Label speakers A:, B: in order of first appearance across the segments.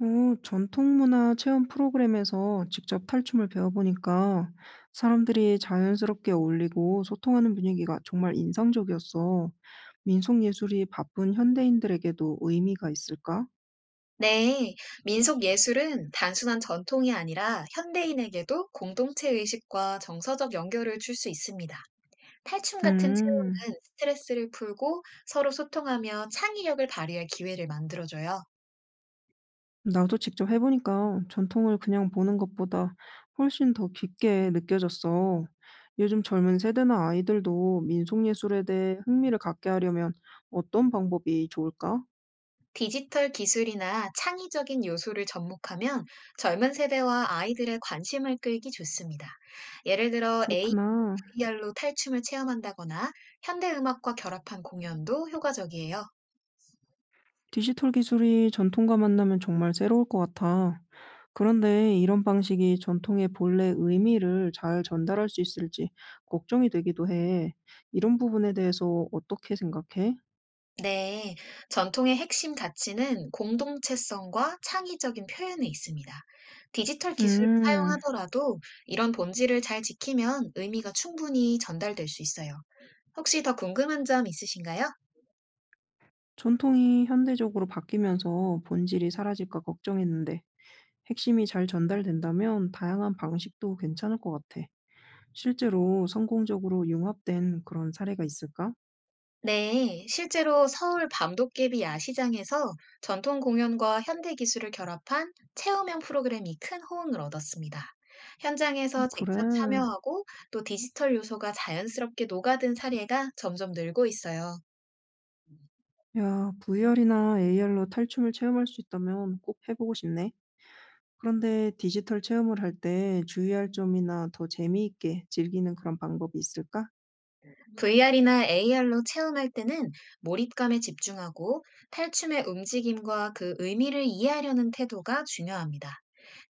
A: 전통 문화 체험 프로그램에서 직접 탈춤을 배워보니까 사람들이 자연스럽게 어울리고 소통하는 분위기가 정말 인상적이었어. 민속 예술이 바쁜 현대인들에게도 의미가 있을까?
B: 네, 민속 예술은 단순한 전통이 아니라 현대인에게도 공동체 의식과 정서적 연결을 줄 수 있습니다. 탈춤 같은
A: 음,
B: 체험은 스트레스를 풀고 서로 소통하며 창의력을 발휘할 기회를 만들어줘요.
A: 나도 직접 해보니까 전통을 그냥 보는 것보다 훨씬 더 깊게 느껴졌어. 요즘 젊은 세대나 아이들도 민속 예술에 대해 흥미를 갖게 하려면 어떤 방법이 좋을까?
B: 디지털 기술이나 창의적인 요소를 접목하면 젊은 세대와 아이들의 관심을 끌기 좋습니다. 예를 들어 AI,
A: 그렇구나.
B: VR로 탈춤을 체험한다거나 현대 음악과 결합한 공연도 효과적이에요.
A: 디지털 기술이 전통과 만나면 정말 새로울 것 같아. 그런데 이런 방식이 전통의 본래 의미를 잘 전달할 수 있을지 걱정이 되기도 해. 이런 부분에 대해서 어떻게 생각해?
B: 네, 전통의 핵심 가치는 공동체성과 창의적인 표현에 있습니다. 디지털 기술을
A: 음,
B: 사용하더라도 이런 본질을 잘 지키면 의미가 충분히 전달될 수 있어요. 혹시 더 궁금한 점 있으신가요?
A: 전통이 현대적으로 바뀌면서 본질이 사라질까 걱정했는데 핵심이 잘 전달된다면 다양한 방식도 괜찮을 것 같아. 실제로 성공적으로 융합된 그런 사례가 있을까?
B: 네, 실제로 서울 밤도깨비 야시장에서 전통 공연과 현대 기술을 결합한 체험형 프로그램이 큰 호응을 얻었습니다. 현장에서 직접
A: 그래.
B: 참여하고 또 디지털 요소가 자연스럽게 녹아든 사례가 점점 늘고 있어요.
A: 야, VR이나 AR로 탈춤을 체험할 수 있다면 꼭 해보고 싶네. 그런데 디지털 체험을 할 때 주의할 점이나 더 재미있게 즐기는 그런 방법이 있을까?
B: VR이나 AR로 체험할 때는 몰입감에 집중하고 탈춤의 움직임과 그 의미를 이해하려는 태도가 중요합니다.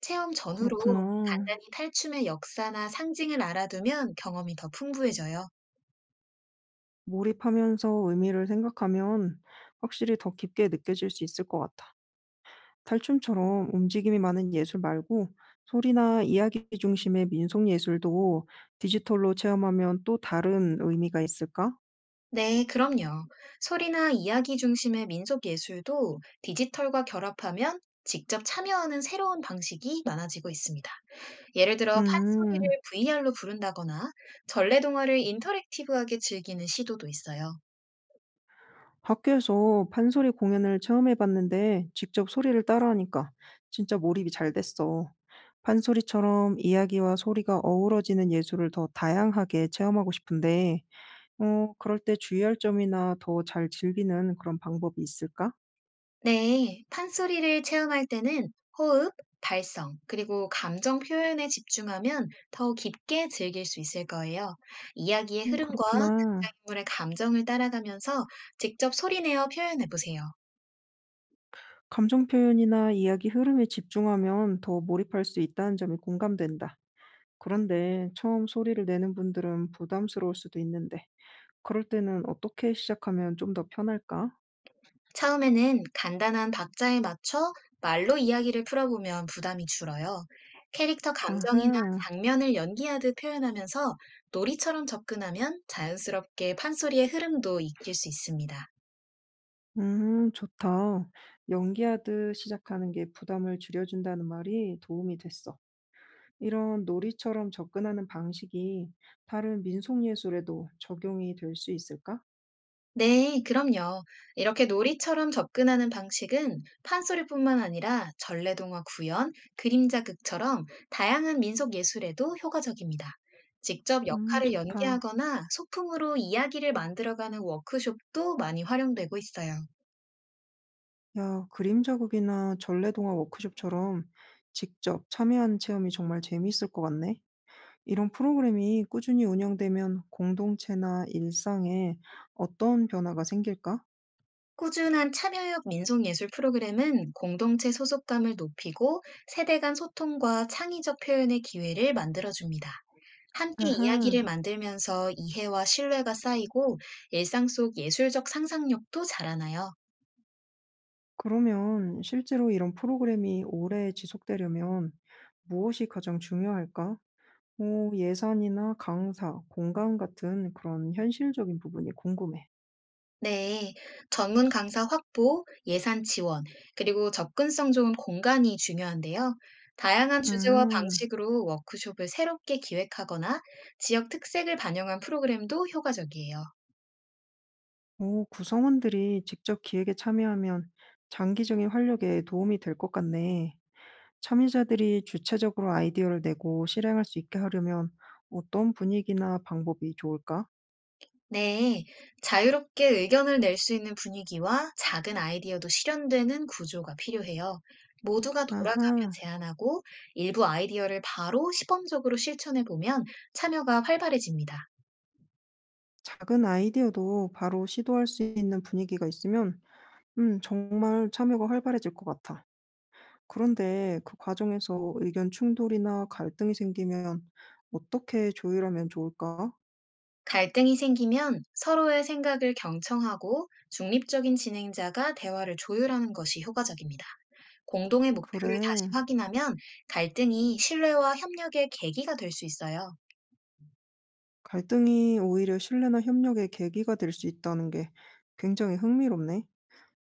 B: 체험 전후로
A: 그렇구나.
B: 간단히 탈춤의 역사나 상징을 알아두면 경험이 더 풍부해져요.
A: 몰입하면서 의미를 생각하면 확실히 더 깊게 느껴질 수 있을 것 같아. 탈춤처럼 움직임이 많은 예술 말고 소리나 이야기 중심의 민속 예술도 디지털로 체험하면 또 다른 의미가 있을까?
B: 네, 그럼요. 소리나 이야기 중심의 민속 예술도 디지털과 결합하면 직접 참여하는 새로운 방식이 많아지고 있습니다. 예를 들어 판소리를
A: 음.
B: VR로 부른다거나 전래동화를 인터랙티브하게 즐기는 시도도 있어요.
A: 학교에서 판소리 공연을 처음 해봤는데 직접 소리를 따라하니까 진짜 몰입이 잘 됐어. 판소리처럼 이야기와 소리가 어우러지는 예술을 더 다양하게 체험하고 싶은데, 그럴 때 주의할 점이나 더 잘 즐기는 그런 방법이 있을까?
B: 네, 판소리를 체험할 때는 호흡, 발성, 그리고 감정 표현에 집중하면 더 깊게 즐길 수 있을 거예요. 이야기의 흐름과
A: 그렇구나.
B: 등장인물의 감정을 따라가면서 직접 소리내어 표현해 보세요.
A: 감정 표현이나 이야기 흐름에 집중하면 더 몰입할 수 있다는 점이 공감된다. 그런데 처음 소리를 내는 분들은 부담스러울 수도 있는데, 그럴 때는 어떻게 시작하면 좀 더 편할까?
B: 처음에는 간단한 박자에 맞춰 말로 이야기를 풀어보면 부담이 줄어요. 캐릭터 감정이나
A: 아하.
B: 장면을 연기하듯 표현하면서 놀이처럼 접근하면 자연스럽게 판소리의 흐름도 익힐 수 있습니다.
A: 좋다. 연기하듯 시작하는 게 부담을 줄여준다는 말이 도움이 됐어. 이런 놀이처럼 접근하는 방식이 다른 민속예술에도 적용이 될 수 있을까?
B: 네, 그럼요. 이렇게 놀이처럼 접근하는 방식은 판소리뿐만 아니라 전래동화 구연, 그림자극처럼 다양한 민속 예술에도 효과적입니다. 직접 역할을
A: 좋다.
B: 연기하거나 소품으로 이야기를 만들어가는 워크숍도 많이 활용되고 있어요.
A: 야, 그림 자국이나 전래동화 워크숍처럼 직접 참여한 체험이 정말 재미있을 것 같네. 이런 프로그램이 꾸준히 운영되면 공동체나 일상에 어떤 변화가 생길까?
B: 꾸준한 참여형 민속예술 프로그램은 공동체 소속감을 높이고 세대 간 소통과 창의적 표현의 기회를 만들어줍니다. 함께
A: 아하.
B: 이야기를 만들면서 이해와 신뢰가 쌓이고 일상 속 예술적 상상력도 자라나요.
A: 그러면 실제로 이런 프로그램이 오래 지속되려면 무엇이 가장 중요할까? 뭐 예산이나 강사, 공간 같은 그런 현실적인 부분이 궁금해.
B: 네, 전문 강사 확보, 예산 지원, 그리고 접근성 좋은 공간이 중요한데요. 다양한 주제와
A: 음,
B: 방식으로 워크숍을 새롭게 기획하거나 지역 특색을 반영한 프로그램도 효과적이에요.
A: 오, 구성원들이 직접 기획에 참여하면 장기적인 활력에 도움이 될 것 같네. 참여자들이 주체적으로 아이디어를 내고 실행할 수 있게 하려면 어떤 분위기나 방법이 좋을까?
B: 네, 자유롭게 의견을 낼 수 있는 분위기와 작은 아이디어도 실현되는 구조가 필요해요. 모두가 돌아가며
A: 아하,
B: 제안하고 일부 아이디어를 바로 시범적으로 실천해 보면 참여가 활발해집니다.
A: 작은 아이디어도 바로 시도할 수 있는 분위기가 있으면 정말 참여가 활발해질 것 같아. 그런데 그 과정에서 의견 충돌이나 갈등이 생기면 어떻게 조율하면 좋을까?
B: 갈등이 생기면 서로의 생각을 경청하고 중립적인 진행자가 대화를 조율하는 것이 효과적입니다. 공동의 목표를
A: 그래,
B: 다시 확인하면 갈등이 신뢰와 협력의 계기가 될 수 있어요.
A: 갈등이 오히려 신뢰나 협력의 계기가 될 수 있다는 게 굉장히 흥미롭네.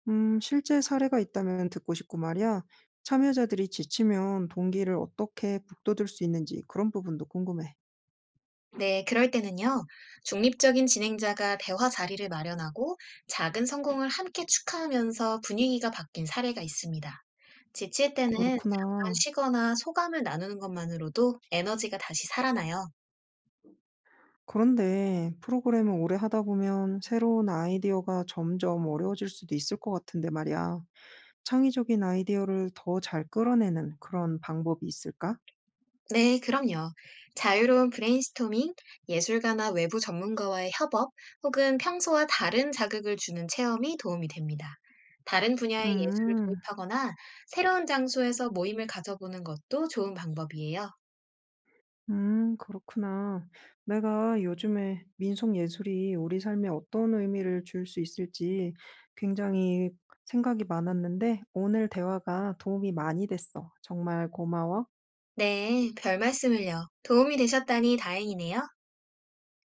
A: 실제 사례가 있다면 듣고 싶고 말이야. 참여자들이 지치면 동기를 어떻게 북돋을 수 있는지 그런 부분도 궁금해.
B: 네, 그럴 때는요, 중립적인 진행자가 대화 자리를 마련하고 작은 성공을 함께 축하하면서 분위기가 바뀐 사례가 있습니다. 지칠 때는 잠깐
A: 그렇구나.
B: 쉬거나 소감을 나누는 것만으로도 에너지가 다시 살아나요.
A: 그런데 프로그램을 오래 하다 보면 새로운 아이디어가 점점 어려워질 수도 있을 것 같은데 말이야. 창의적인 아이디어를 더 잘 끌어내는 그런 방법이 있을까?
B: 네, 그럼요. 자유로운 브레인스토밍, 예술가나 외부 전문가와의 협업, 혹은 평소와 다른 자극을 주는 체험이 도움이 됩니다. 다른 분야의 예술을
A: 음,
B: 도입하거나 새로운 장소에서 모임을 가져보는 것도 좋은 방법이에요.
A: 그렇구나. 내가 요즘에 민속 예술이 우리 삶에 어떤 의미를 줄 수 있을지 굉장히 생각이 많았는데 오늘 대화가 도움이 많이 됐어. 정말 고마워.
B: 네, 별 말씀을요. 도움이 되셨다니 다행이네요.